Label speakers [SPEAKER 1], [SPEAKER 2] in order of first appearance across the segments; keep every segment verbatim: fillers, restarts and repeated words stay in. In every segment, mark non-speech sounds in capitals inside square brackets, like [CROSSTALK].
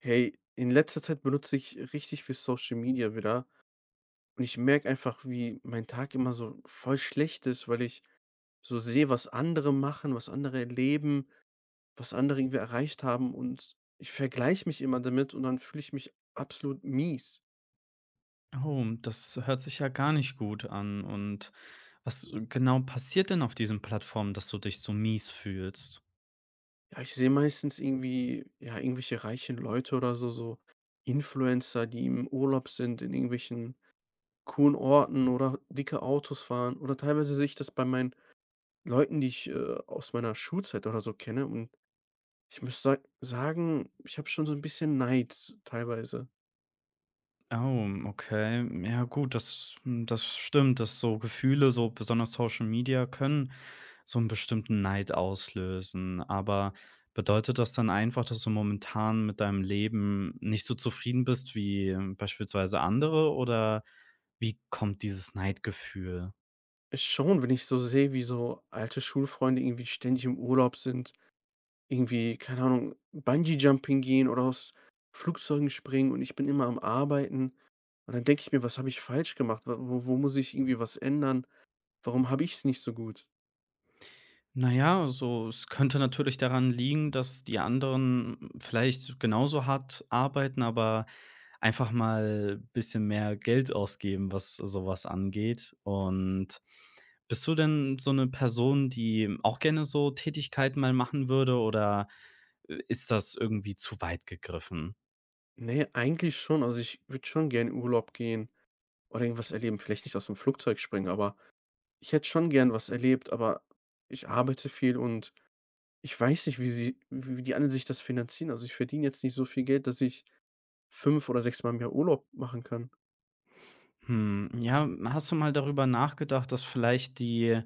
[SPEAKER 1] Hey, in letzter Zeit benutze ich richtig viel Social Media wieder und ich merke einfach, wie mein Tag immer so voll schlecht ist, weil ich so sehe, was andere machen, was andere erleben, was andere irgendwie erreicht haben, und ich vergleiche mich immer damit und dann fühle ich mich absolut mies.
[SPEAKER 2] Oh, das hört sich ja gar nicht gut an. Und was genau passiert denn auf diesen Plattformen, dass du dich so mies fühlst?
[SPEAKER 1] Ja, ich sehe meistens irgendwie, ja, irgendwelche reichen Leute oder so, so Influencer, die im Urlaub sind, in irgendwelchen coolen Orten oder dicke Autos fahren, oder teilweise sehe ich das bei meinen Leuten, die ich, äh, aus meiner Schulzeit oder so kenne, und ich muss sa sagen, ich habe schon so ein bisschen Neid teilweise.
[SPEAKER 2] Oh, okay. Ja, gut, das, hm, das stimmt, dass so Gefühle, so besonders Social Media, können so einen bestimmten Neid auslösen. Aber bedeutet das dann einfach, dass du momentan mit deinem Leben nicht so zufrieden bist wie hm, beispielsweise andere? Oder wie kommt dieses Neidgefühl?
[SPEAKER 1] Ist schon, wenn ich so sehe, wie so alte Schulfreunde irgendwie ständig im Urlaub sind, irgendwie, keine Ahnung, Bungee Jumping gehen oder aus Flugzeugen springen, und ich bin immer am Arbeiten. Und dann denke ich mir: „Was habe ich falsch gemacht? Wa wo wo muss ich irgendwie was ändern? Warum habe ich es nicht so gut?“
[SPEAKER 2] Na ja, also, es könnte natürlich daran liegen, dass die anderen vielleicht genauso hart arbeiten, aber einfach mal ein bisschen mehr Geld ausgeben, was sowas angeht. Und bist du denn so eine Person, die auch gerne so Tätigkeiten mal machen würde oder äh, ist das irgendwie zu weit gegriffen?
[SPEAKER 1] Ne, eigentlich schon. Also, ich würde schon gern in Urlaub gehen oder irgendwas erleben. Vielleicht nicht aus dem Flugzeug springen, aber ich hätte schon gern was erlebt, aber ich arbeite viel und ich weiß nicht, wie sie wie die anderen sich das finanzieren. Also, ich verdiene jetzt nicht so viel Geld, dass ich fünf oder sechs Mal im Jahr Urlaub machen kann.
[SPEAKER 2] Hm, ja, hast du mal darüber nachgedacht, dass vielleicht die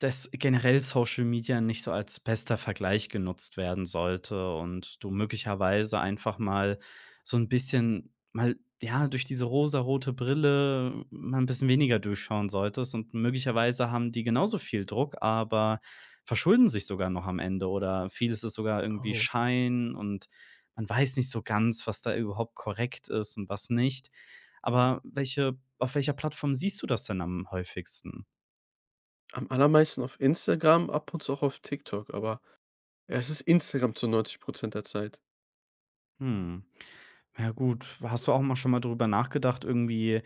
[SPEAKER 2] dass generell Social Media nicht so als bester Vergleich genutzt werden sollte und du möglicherweise einfach mal so ein bisschen mal, ja, durch diese rosarote Brille mal ein bisschen weniger durchschauen solltest und möglicherweise haben die genauso viel Druck, aber verschulden sich sogar noch am Ende oder vieles ist sogar irgendwie
[SPEAKER 1] Oh,
[SPEAKER 2] Schein und man weiß nicht so ganz, was da überhaupt korrekt ist und was nicht. Aber welche auf welcher Plattform siehst du das denn am häufigsten?
[SPEAKER 1] am allermeisten auf Instagram, ab und zu auch auf TikTok, aber ja, es ist Instagram zu neunzig Prozent der Zeit.
[SPEAKER 2] Mhm. Ja gut, hast du auch mal schon mal drüber nachgedacht, irgendwie,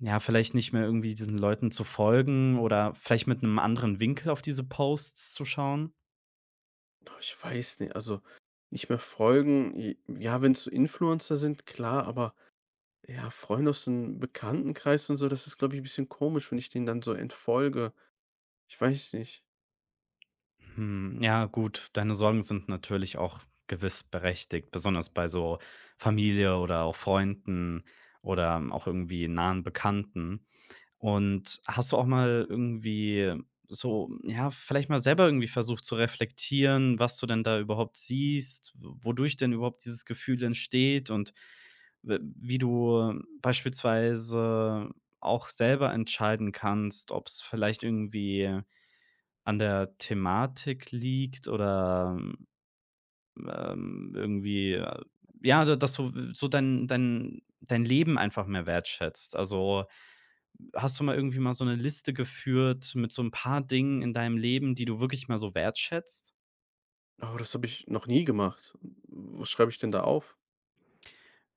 [SPEAKER 2] ja, vielleicht nicht mehr irgendwie diesen Leuten zu folgen oder vielleicht mit einem anderen Winkel auf diese Posts zu schauen?
[SPEAKER 1] Oh, ich weiß nicht, also, nicht mehr folgen, j ja, wenn's so Influencer sind, klar, aber ja, Freunde aus dem Bekanntenkreis und so, das ist, glaube ich, ein bisschen komisch, wenn ich denen dann so entfolge. Ich weiß nicht.
[SPEAKER 2] Hm, ja gut, deine Sorgen sind natürlich auch gewiss berechtigt, besonders bei so Familie oder auch Freunden oder auch irgendwie nahen Bekannten. Und hast du auch mal irgendwie so ja, vielleicht mal selber irgendwie versucht zu reflektieren, was du denn da überhaupt siehst, wodurch denn überhaupt dieses Gefühl entsteht und w wie du beispielsweise auch selber entscheiden kannst, ob es vielleicht irgendwie an der Thematik liegt oder, ähm, irgendwie, äh ja, da dass du so dein dein dein Leben einfach mehr wertschätzt. Also, hast du mal irgendwie mal so eine Liste geführt mit so ein paar Dingen in deinem Leben, die du wirklich mal so wertschätzt?
[SPEAKER 1] Aber das habe ich noch nie gemacht. Was schreibe ich denn da auf?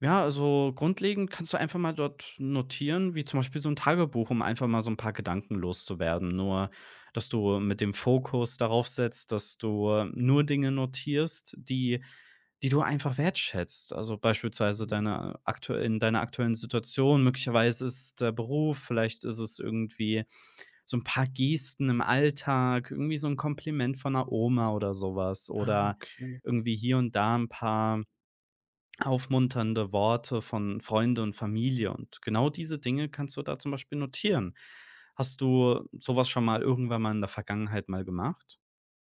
[SPEAKER 2] Ja, also grundlegend kannst du einfach mal dort notieren, wie zum Beispiel so ein Tagebuch, um einfach mal so ein paar Gedanken loszuwerden. Nur, dass du mit dem Fokus darauf setzt, dass du nur Dinge notierst, die die du einfach wertschätzt. Also, beispielsweise
[SPEAKER 1] Mhm.
[SPEAKER 2] deine aktuell in deiner aktuellen Situation, möglicherweise ist es der Beruf, vielleicht ist es irgendwie so ein paar Gesten im Alltag, irgendwie so ein Kompliment von einer Oma oder sowas
[SPEAKER 1] Ah,
[SPEAKER 2] oder
[SPEAKER 1] okay.
[SPEAKER 2] irgendwie hier und da ein paar aufmunternde Worte von Freunde und Familie und genau diese Dinge kannst du da zum Beispiel notieren. Hast du sowas schon mal irgendwann mal in der Vergangenheit mal gemacht?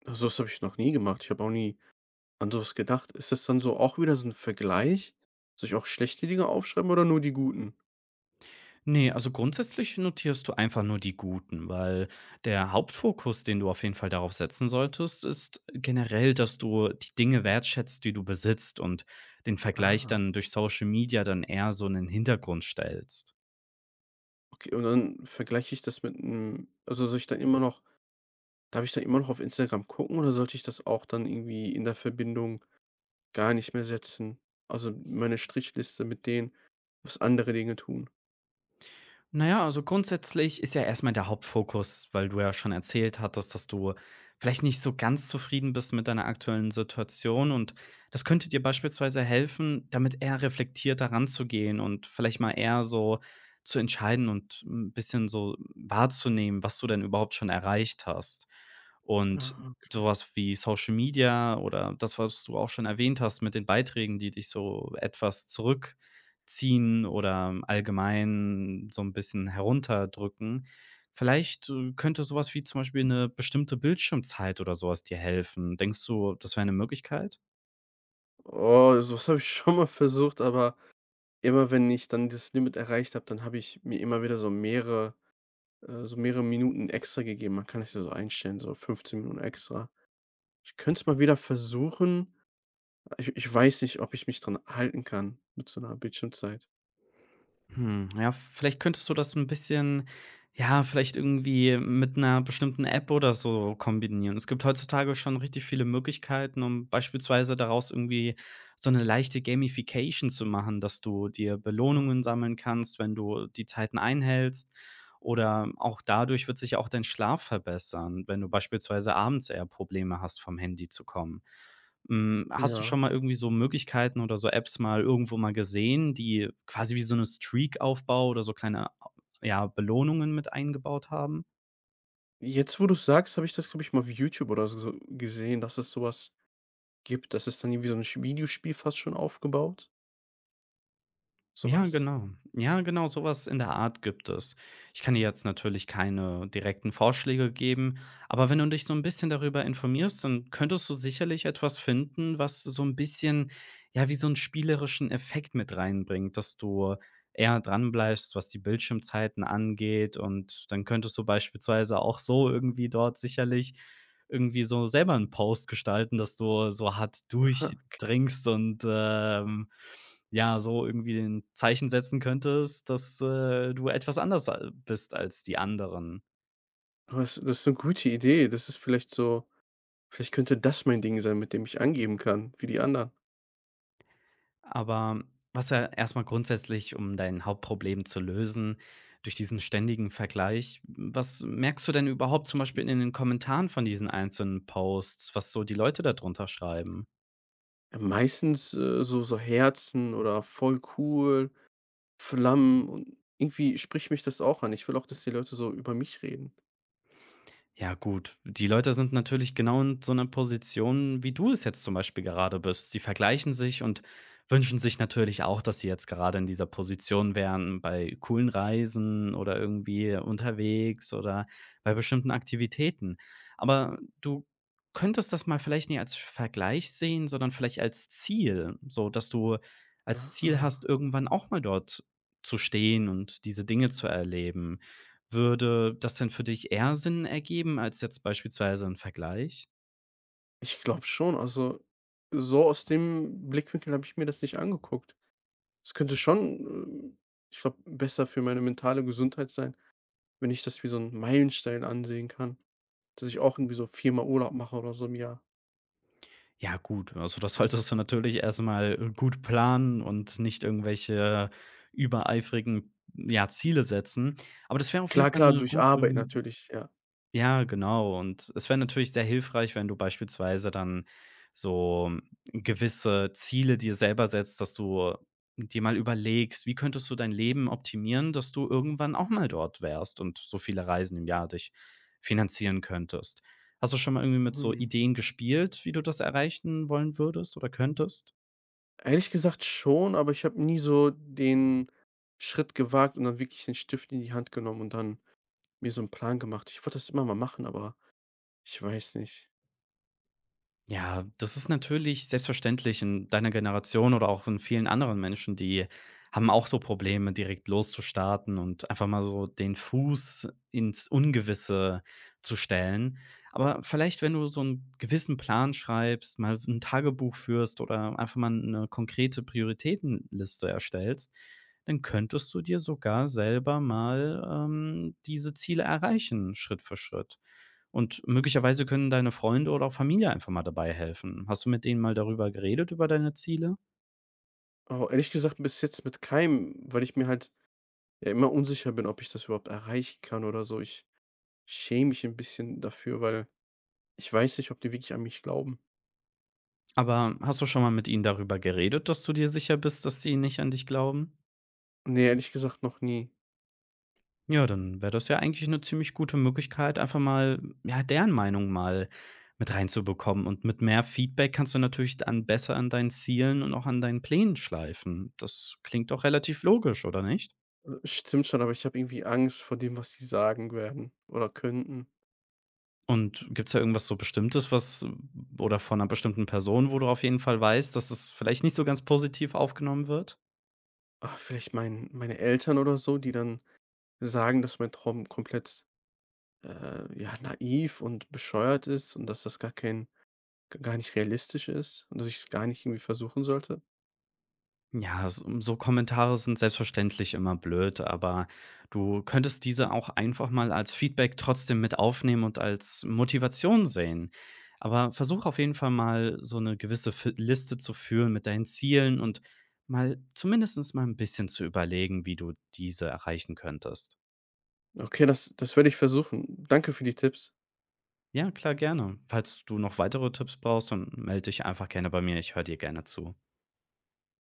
[SPEAKER 1] Also das habe ich noch nie gemacht. Ich habe auch nie an so was gedacht. Ist das dann so auch wieder so 'n Vergleich? Soll ich auch schlechte Dinge aufschreiben oder nur die guten?
[SPEAKER 2] Ne, also grundsätzlich notierst du einfach nur die Guten, weil der Hauptfokus, den du auf jeden Fall darauf setzen solltest, ist generell, dass du die Dinge wertschätzt, die du besitzt und den Vergleich
[SPEAKER 1] Ah,
[SPEAKER 2] dann durch Social Media dann eher so in den Hintergrund stellst.
[SPEAKER 1] okay. Und dann vergleiche ich das mit 'nem, also, soll ich dann immer noch, darf ich dann immer noch auf Instagram gucken oder sollte ich das auch dann irgendwie in der Verbindung gar nicht mehr setzen? Also, meine Strichliste mit denen, was andere Dinge tun.
[SPEAKER 2] Na ja, also grundsätzlich ist ja erstmal der Hauptfokus, weil du ja schon erzählt hattest, dass du vielleicht nicht so ganz zufrieden bist mit deiner aktuellen Situation und das könnte dir beispielsweise helfen, damit eher reflektiert da ranzugehen und vielleicht mal eher so zu entscheiden und ein bisschen so wahrzunehmen, was du denn überhaupt schon erreicht hast. Und
[SPEAKER 1] Ah, okay.
[SPEAKER 2] sowas wie Social Media oder das, was du auch schon erwähnt hast mit den Beiträgen, die dich so etwas zurück ziehen oder allgemein so 'n bisschen herunterdrücken. Vielleicht, äh, könnte so was wie zum Beispiel 'ne bestimmte Bildschirmzeit oder so was dir helfen. Denkst du, das wäre 'ne Möglichkeit?
[SPEAKER 1] Oh, so was habe ich [LAUGHS] schon mal versucht, aber immer wenn ich dann das Limit erreicht habe, dann habe ich mir immer wieder so mehrere äh, so mehrere Minuten extra gegeben. Man kann es ja so einstellen, so fünfzehn Minuten extra. Ich könnte es mal wieder versuchen. Ich ich weiß nicht, ob ich mich dran halten kann mit so einer Bildschirmzeit.
[SPEAKER 2] Hm, ja, vielleicht könntest du das ein bisschen ja, vielleicht irgendwie mit einer bestimmten App oder so kombinieren. Es gibt heutzutage schon richtig viele Möglichkeiten, um beispielsweise daraus irgendwie so eine leichte Gamification zu machen, dass du dir Belohnungen
[SPEAKER 1] Ah,
[SPEAKER 2] sammeln kannst, wenn du die Zeiten einhältst. Oder auch dadurch wird sich auch dein Schlaf verbessern, wenn du beispielsweise abends eher Probleme hast, vom Handy zu kommen. Hm, hast du
[SPEAKER 1] ja.
[SPEAKER 2] schon mal irgendwie so Möglichkeiten oder so Apps mal irgendwo mal gesehen, die quasi wie so eine Streak Aufbau oder so kleine, ja, Belohnungen mit eingebaut haben?
[SPEAKER 1] Jetzt, wo du sagst, habe ich das, glaube ich, mal auf YouTube oder so gesehen, dass es sowas gibt. Das ist dann irgendwie so ein Sch Videospiel fast schon aufgebaut.
[SPEAKER 2] Ja,
[SPEAKER 1] Sowas?
[SPEAKER 2] genau. Ja, genau, so was in der Art gibt es. Ich kann dir jetzt natürlich keine direkten Vorschläge geben, aber wenn du dich so ein bisschen darüber informierst, dann könntest du sicherlich etwas finden, was so ein bisschen, ja, wie so einen spielerischen Effekt mit reinbringt, dass du eher dranbleibst, was die Bildschirmzeiten angeht. Und dann könntest du beispielsweise auch so irgendwie dort sicherlich irgendwie so selber 'n Post gestalten, dass du so hart
[SPEAKER 1] Aha. [LAUGHS]
[SPEAKER 2] durchdringst und, ähm, ja, so irgendwie 'n Zeichen setzen könntest, dass, äh, du etwas anders a bist als die anderen.
[SPEAKER 1] Oh, das das ist eine gute Idee. Das ist vielleicht so, vielleicht könnte das mein Ding sein, mit dem ich angeben kann, wie die anderen.
[SPEAKER 2] Aber was ja erst mal grundsätzlich, um dein Hauptproblem zu lösen durch diesen ständigen Vergleich was merkst du denn überhaupt zum Beispiel in
[SPEAKER 1] Stimmt.
[SPEAKER 2] den Kommentaren von diesen einzelnen Posts, was so die Leute da drunter schreiben?
[SPEAKER 1] Ja, meistens, äh, so so Herzen oder „voll cool“, Flammen, und irgendwie spricht mich das auch an. Ich will auch, dass die Leute so über mich reden.
[SPEAKER 2] Ja gut, die Leute sind natürlich genau in so einer Position, wie du es jetzt zum Beispiel gerade bist. Die vergleichen sich und wünschen sich natürlich auch, dass sie jetzt gerade in dieser Position wären bei coolen Reisen oder irgendwie unterwegs oder bei bestimmten Aktivitäten. Aber du könntest das mal vielleicht nicht als Vergleich sehen, sondern vielleicht als Ziel, so dass du als Ziel
[SPEAKER 1] Ah.
[SPEAKER 2] hast, irgendwann auch mal dort zu stehen und diese Dinge zu erleben. Würde das denn für dich eher Sinn ergeben als jetzt beispielsweise ein Vergleich?
[SPEAKER 1] Ich glaube schon, also, so aus dem Blickwinkel habe ich mir das nicht angeguckt. Es könnte schon, äh, ich glaube, besser für meine mentale Gesundheit sein, wenn ich das wie so 'n Meilenstein ansehen kann, dass ich auch irgendwie so viermal Urlaub mache oder so im Jahr.
[SPEAKER 2] Ja gut, also das solltest du natürlich erst mal, äh, gut planen und nicht irgendwelche übereifrigen, ja, Ziele setzen. Aber das wäre auf jeden
[SPEAKER 1] Klar,
[SPEAKER 2] Fall
[SPEAKER 1] klar,
[SPEAKER 2] eine
[SPEAKER 1] durch
[SPEAKER 2] gute.
[SPEAKER 1] Arbeit natürlich, ja.
[SPEAKER 2] Ja, genau. Und es wäre natürlich sehr hilfreich, wenn du beispielsweise dann so gewisse Ziele dir selber setzt, dass du dir mal überlegst, wie könntest du dein Leben optimieren, dass du irgendwann auch mal dort wärst und so viele Reisen im Jahr dich finanzieren könntest. Hast du schon mal irgendwie mit so
[SPEAKER 1] Mhm.
[SPEAKER 2] Ideen gespielt, wie du das erreichen wollen würdest oder könntest?
[SPEAKER 1] Ehrlich gesagt schon, aber ich habe nie so den Schritt gewagt und dann wirklich den Stift in die Hand genommen und dann mir so 'n Plan gemacht. Ich wollte das immer mal machen, aber ich weiß nicht.
[SPEAKER 2] Ja, das ist natürlich selbstverständlich in deiner Generation oder auch in vielen anderen Menschen, die haben auch so Probleme, direkt loszustarten und einfach mal so den Fuß ins Ungewisse zu stellen. Aber vielleicht, wenn du so einen gewissen Plan schreibst, mal ein Tagebuch führst oder einfach mal eine konkrete Prioritätenliste erstellst, dann könntest du dir sogar selber mal, ähm, diese Ziele erreichen, Schritt für Schritt. Und möglicherweise können deine Freunde oder auch Familie einfach mal dabei helfen. Hast du mit denen mal darüber geredet, über deine Ziele?
[SPEAKER 1] Aber ehrlich gesagt bis jetzt mit keinem, weil ich mir halt ja immer unsicher bin, ob ich das überhaupt erreichen kann oder so. Ich schäme mich 'n bisschen dafür, weil ich weiß nicht, ob die wirklich an mich glauben.
[SPEAKER 2] Aber hast du schon mal mit ihnen darüber geredet, dass du dir sicher bist, dass sie nicht an dich glauben?
[SPEAKER 1] Ne, ehrlich gesagt noch nie.
[SPEAKER 2] Ja, dann wäre das ja eigentlich eine ziemlich gute Möglichkeit, einfach mal, ja, deren Meinung mal mit reinzubekommen. Und mit mehr Feedback kannst du natürlich dann besser an deinen Zielen und auch an deinen Plänen schleifen. Das klingt doch relativ logisch, oder nicht?
[SPEAKER 1] Stimmt schon, aber ich habe irgendwie Angst vor dem, was sie sagen werden oder könnten.
[SPEAKER 2] Und gibt's da irgendwas so Bestimmtes, was oder von einer bestimmten Person, wo du auf jeden Fall weißt, dass das vielleicht nicht so ganz positiv aufgenommen wird?
[SPEAKER 1] Ah, vielleicht mein meine Eltern oder so, die dann sagen, dass mein Traum komplett, äh, ja, naiv und bescheuert ist und dass das gar kein gar nicht realistisch ist und dass ich es gar nicht irgendwie versuchen sollte?
[SPEAKER 2] Ja, s so Kommentare sind selbstverständlich immer blöd, aber du könntest diese auch einfach mal als Feedback trotzdem mit aufnehmen und als Motivation sehen. Aber versuch auf jeden Fall mal, so eine gewisse Fi Liste zu führen mit deinen Zielen und mal zumindestens mal ein bisschen zu überlegen, wie du diese erreichen könntest.
[SPEAKER 1] Okay, das das werde ich versuchen. Danke für die Tipps.
[SPEAKER 2] Ja, klar, gerne. Falls du noch weitere Tipps brauchst, dann melde dich einfach gerne bei mir. Ich höre dir gerne zu.